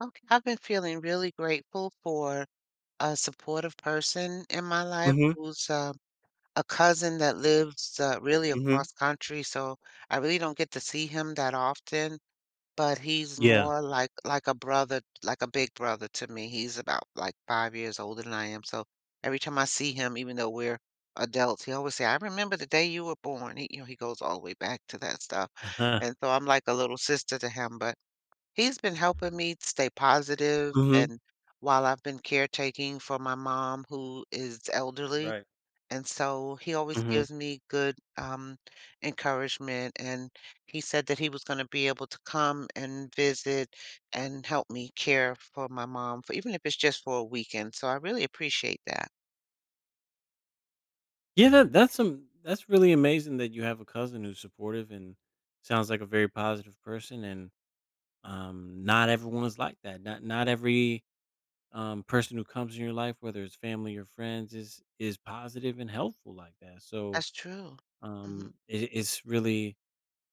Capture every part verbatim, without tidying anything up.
Okay, I've been feeling really grateful for a supportive person in my life Mhm, who's uh, a cousin that lives uh, really mhm. across country, so I really don't get to see him that often, but he's Yeah. more like like a brother, like a big brother to me. He's about like five years older than I am, so every time I see him, even though we're adults, he always say, "I remember the day you were born." He, you know, he goes all the way back to that stuff, Uh-huh. and so I'm like a little sister to him, but. He's been helping me stay positive, Mhm. and while I've been caretaking for my mom who is elderly, Right. and so he always Mhm. gives me good, um, encouragement, and he said that he was gonna be able to come and visit and help me care for my mom for even if it's just for a weekend, so I really appreciate that. Yeah, that that's some that's really amazing that you have a cousin who's supportive and sounds like a very positive person and, um, not everyone is like that. Not not every, um, person who comes in your life, whether it's family or friends, is is positive and helpful like that. So, That's true. Mhm. um, it it's really,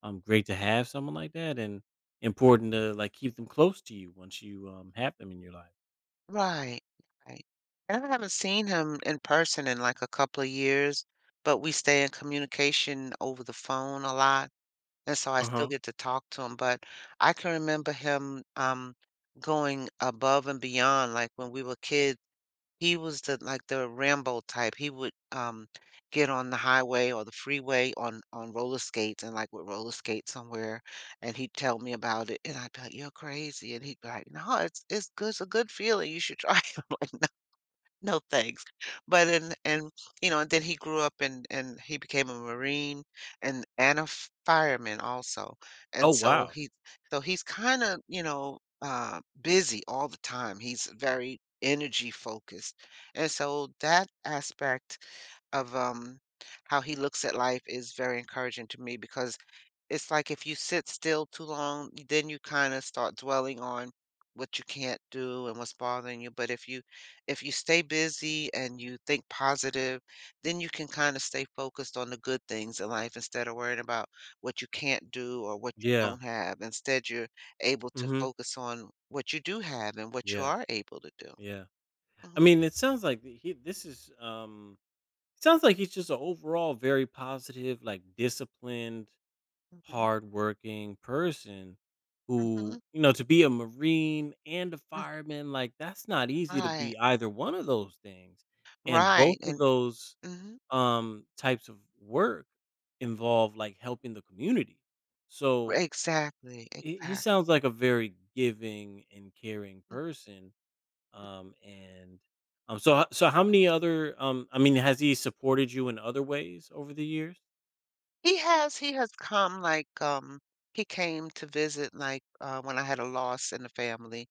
um, great to have someone like that and important to, like, keep them close to you once you, um, have them in your life. Right, right. And I haven't seen him in person in, like, a couple of years, but we stay in communication over the phone a lot, and so I still Uh-huh. get to talk to him, but I can remember him, um, going above and beyond, like, when we were kids he was the like the Rambo type. He would, um, get on the highway or the freeway on on roller skates and, like, would roller skate somewhere, and he'd tell me about it, and I'd be like, "You're crazy," and he'd be like, "No, it's it's good it's a good feeling, you should try it." I'm like no, thanks. But and and, you know, and then he grew up and and he became a Marine and and a f fireman also. Oh, And so wow. he so he's kinda, you know, uh, busy all the time. He's very energy focused. And so that aspect of, um, how he looks at life is very encouraging to me because it's like if you sit still too long, then you kinda start dwelling on what you can't do and what's bothering you, but if you if you stay busy and you think positive, then you can kinda stay focused on the good things in life instead of worrying about what you can't do or what you Yeah. don't have. Instead, you're able to Mhm. focus on what you do have and what you Yeah, are able to do. yeah. Mhm, I mean, it sounds like th- he. This is um. Sounds like he's just an overall very positive, like disciplined, mhm, hardworking person. mhm, Who you know to be a marine and a mm, fireman, like that's not easy to right, be either one of those things. And both right, of and those mhm, um types of work involve like helping the community. So exactly, he, he exactly. sounds like a very giving and caring person. Um, and um, so h- so how many other um, I mean, has he supported you in other ways over the years? He has he has come, like, um, he came to visit, like, uh, when I had a loss in the family,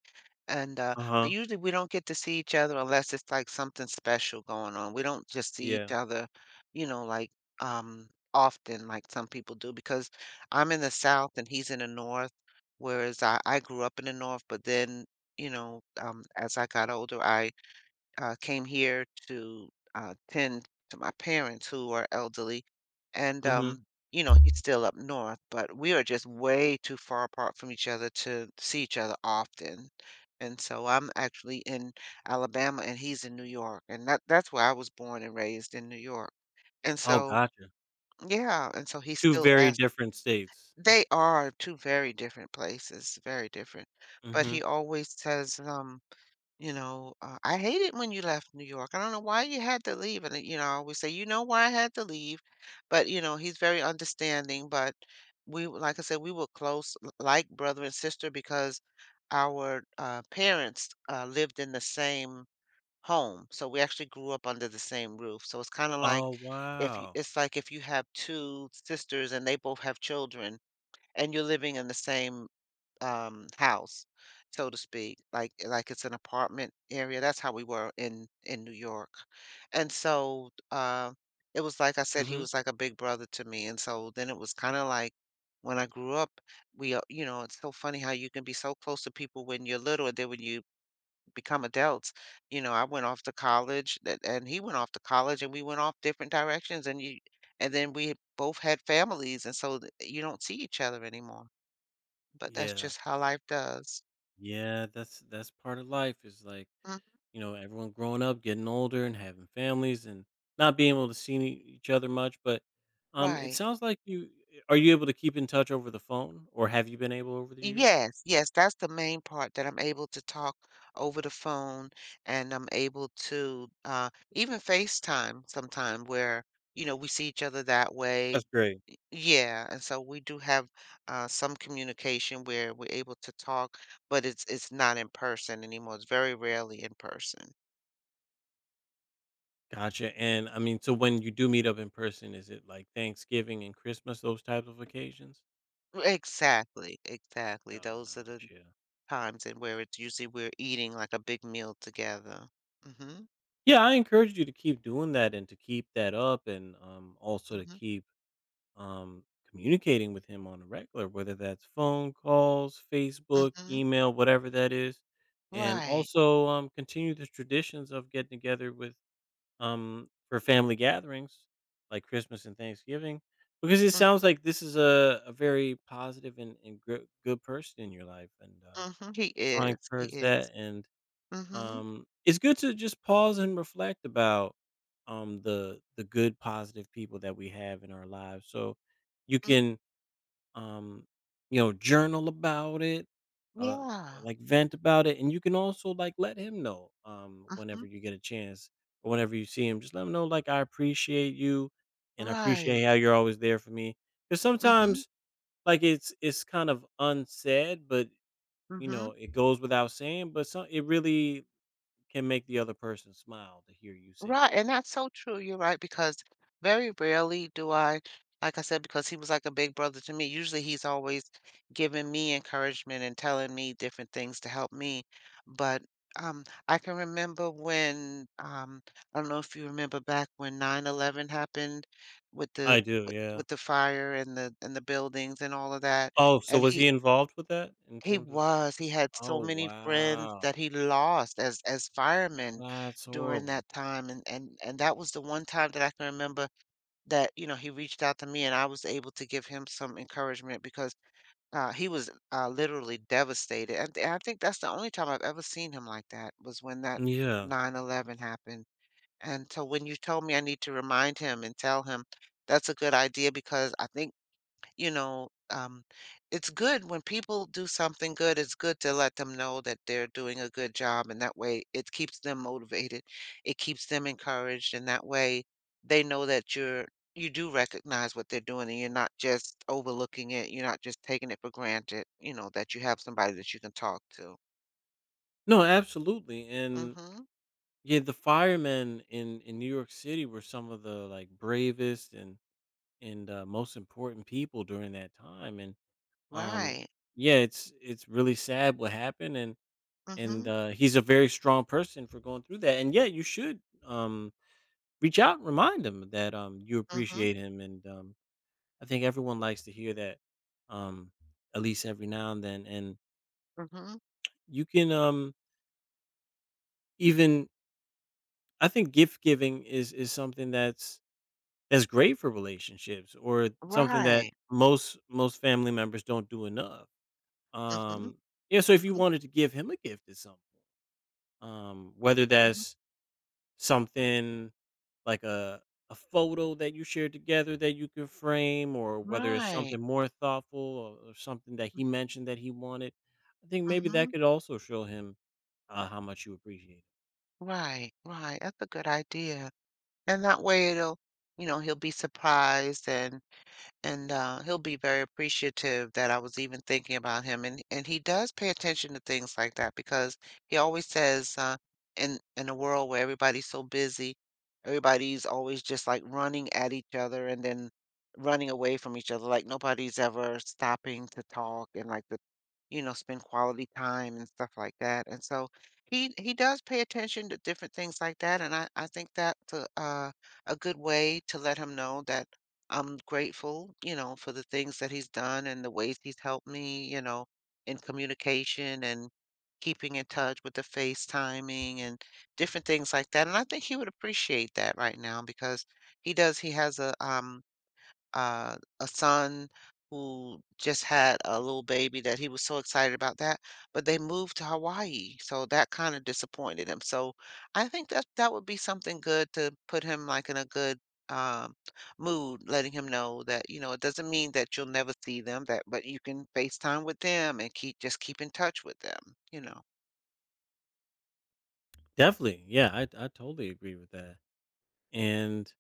and, uh Uh huh. but usually we don't get to see each other unless it's, like, something special going on. We don't just see Yeah. each other, you know, like, um, often like some people do because I'm in the South and he's in the North, whereas I I grew up in the North, but then, you know, um, as I got older, I uh, came here to uh, tend to my parents who are elderly. And, Mm-hmm. um, you know, he's still up north, but we are just way too far apart from each other to see each other often. And so I'm actually in Alabama and he's in New York. And that, that's where I was born and raised in New York. And Oh, so, gotcha. yeah. And so he Two still very asks, different states. they are two very different places, very different. But Mm-hmm. he always says, um, you know, uh, I hate it when you left New York. I don't know why you had to leave. And, uh, you know, I always say, you know why I had to leave. But, you know, he's very understanding. But we, w- like I said, we were close, l- like brother and sister, because our uh, parents uh, lived in the same home. So we actually grew up under the same roof. So it's kind of like Oh, if you, wow. it's like if you have two sisters and they both have children and you're living in the same um, house, so to speak, like eh, like it's an apartment area. That's how we were in in New York, and so uh, it was like I said, he Mm-hmm. was like a big brother to me, and so then it was kind of like when I grew up, we uh, you know it's so funny how you can be so close to people when you're little, and then when you become adults, you know I went off to college, that and he went off to college, and we went off different directions, and you and then we both had families, and so th- you don't see each other anymore. But that's Yeah. just how life does. Yeah. That's that's part of life. Is like, Mhm, you know, everyone growing up, getting older, and having families, and not being able to see any- each other much. But um, it right. sounds like you are you able to keep in touch over the phone, or have you been able over the years? Yes, yes, that's the main part that I'm able to talk over the phone and I'm able to uh even FaceTime sometime where, you know, we see each other that way. That's great. Yeah, and so we do have uh some communication where we're able to talk, but it's it's not in person anymore. It's very rarely in person. Gotcha. And I mean, so when you do meet up in person, is it like Thanksgiving and Christmas, those types of occasions? Exactly, exactly. Those are the Gotcha. times and where it's usually we're eating like a big meal together. Hmm. Yeah, I encourage you to keep doing that and to keep that up and um, also to Mhm, keep um, communicating with him on a regular, whether that's phone calls, Facebook, mhm. email, whatever that is. And Right. also um, continue the traditions of getting together with um, for family gatherings like Christmas and Thanksgiving, because it Mm, sounds like this is a, a very positive and, and good, good person in your life. And uh, mhm. He so I is, he encourage is. that. And Mhm, um, it's good to just pause and reflect about um, the the good, positive people that we have in our lives. So you mm. can um, you know, journal about it, uh, Yeah. like vent about it, and you can also like let him know um, whenever Mhm. you get a chance or whenever you see him, just let him know like I appreciate you, and I Right. appreciate how you're always there for me. Because Mhm, sometimes like it's it's kind of unsaid, but you mhm. know it goes without saying, but some it really can make the other person smile to hear you say that. Right, and that's so true, you're right, because very rarely do I like I said, because he was like a big brother to me, usually he's always giving me encouragement and telling me different things to help me, but, um, I can remember when, um I don't know if you remember back when nine eleven happened with the I do, with yeah. with the fire and the and the buildings and all of that, Oh, so and was he he involved with that in he terms of? was. He had Oh, so many friends wow, that he lost as as firemen that's during horrible. that time, and and and that was the one time that I can remember that, you know, he reached out to me and I was able to give him some encouragement because uh, he was uh, literally devastated. And, and I think that's the only time I've ever seen him like that was when that Yeah. nine eleven happened. And so when you told me I need to remind him and tell him, that's a good idea because I think you know, um, it's good when people do something good, it's good to let them know that they're doing a good job, and that way it keeps them motivated. It keeps them encouraged, and that way they know that you're you do recognize what they're doing and you're not just overlooking it, you're not just taking it for granted, you know, that you have somebody that you can talk to. No, absolutely. And Mm-hmm. yeah, the firemen in in New York City were some of the like bravest and and uh, most important people during that time. And um, Right. yeah, it's it's really sad what happened. And and Hmm. uh, he's a very strong person for going through that. And yeah, you should um reach out and remind him that um you Hmm. appreciate him. And um, I think everyone likes to hear that um at least every now and then. And Hmm. you can um even I think gift giving is is something that's that's great for relationships or something that Right. most most family members don't do enough. Mm-hmm. Um yeah, so if you wanted to give him a gift at some point, um, whether Hmm. that's something like a a photo that you shared together that you can frame, or whether it's Right. something more thoughtful or, or something that he mentioned that he wanted, I think maybe that Hmm. could also show him uh, how much you appreciate. it. Right, right. That's a good idea. And that way it'll you know, he'll be surprised and, and uh, he'll be very appreciative that I was even thinking about him. And and he does pay attention to things like that because he always says, uh, in in a world where everybody's so busy, everybody's always just like running at each other and then running away from each other. Like nobody's ever stopping to talk and like the, you know, spend quality time and stuff like that. And so he he does pay attention to different things like that. And I I think that's a uh, a good way to let him know that I'm grateful, you know, for the things that he's done and the ways he's helped me, you know, in communication and keeping in touch with the FaceTiming and different things like that. And I think he would appreciate that right now because he does, he has a um uh, a son who just had a little baby that he was so excited about that, but they moved to Hawaii, so that kind of disappointed him. So I think that that would be something good to put him like in a good um, mood, letting him know that you know it doesn't mean that you'll never see them, that but you can FaceTime with them and keep just keep in touch with them. You know. Definitely, yeah, I I totally agree with that. And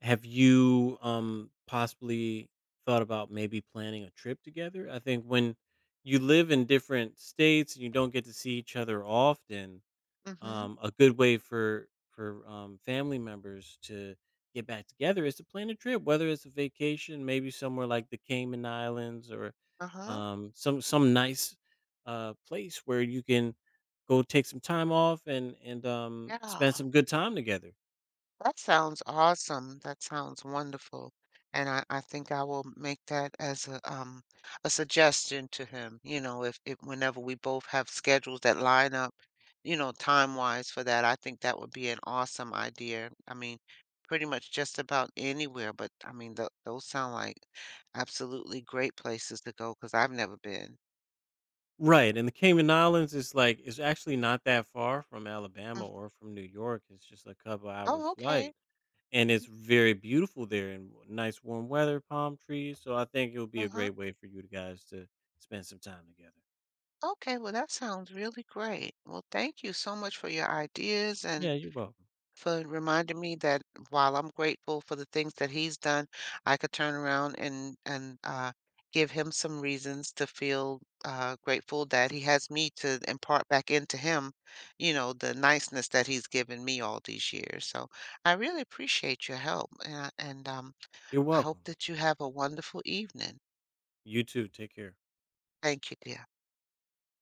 have you, um, possibly thought about maybe planning a trip together? I think when you live in different states and you don't get to see each other often, Mm-hmm. um, a good way for for, um, family members to get back together is to plan a trip, whether it's a vacation, maybe somewhere like the Cayman Islands or, Uh-huh. um, some some nice, uh, place where you can go take some time off and and, um, Yeah. spend some good time together. That sounds awesome. That sounds wonderful. And I, I think I will make that as a um a suggestion to him, you know, if, if whenever we both have schedules that line up, you know, time-wise for that, I think that would be an awesome idea. I mean, pretty much just about anywhere, but I mean, th those sound like absolutely great places to go because I've never been. Right, and the Cayman Islands is, like is actually not that far from Alabama Mm. or from New York, it's just a couple hours Oh, okay. flight, and it's very beautiful there and w- nice warm weather, palm trees, so I think it'll be a Uh-huh. great way for you guys to spend some time together. Okay, well, that sounds really great. Well, thank you so much for your ideas and Yeah, you're welcome. for reminding me that while I'm grateful for the things that he's done, I could turn around and and uh, give him some reasons to feel uh, grateful that he has me to impart back into him, you know, the niceness that he's given me all these years. So I really appreciate your help, and I, and um, You're I hope welcome. that you have a wonderful evening. You too, take care. Thank you, dear.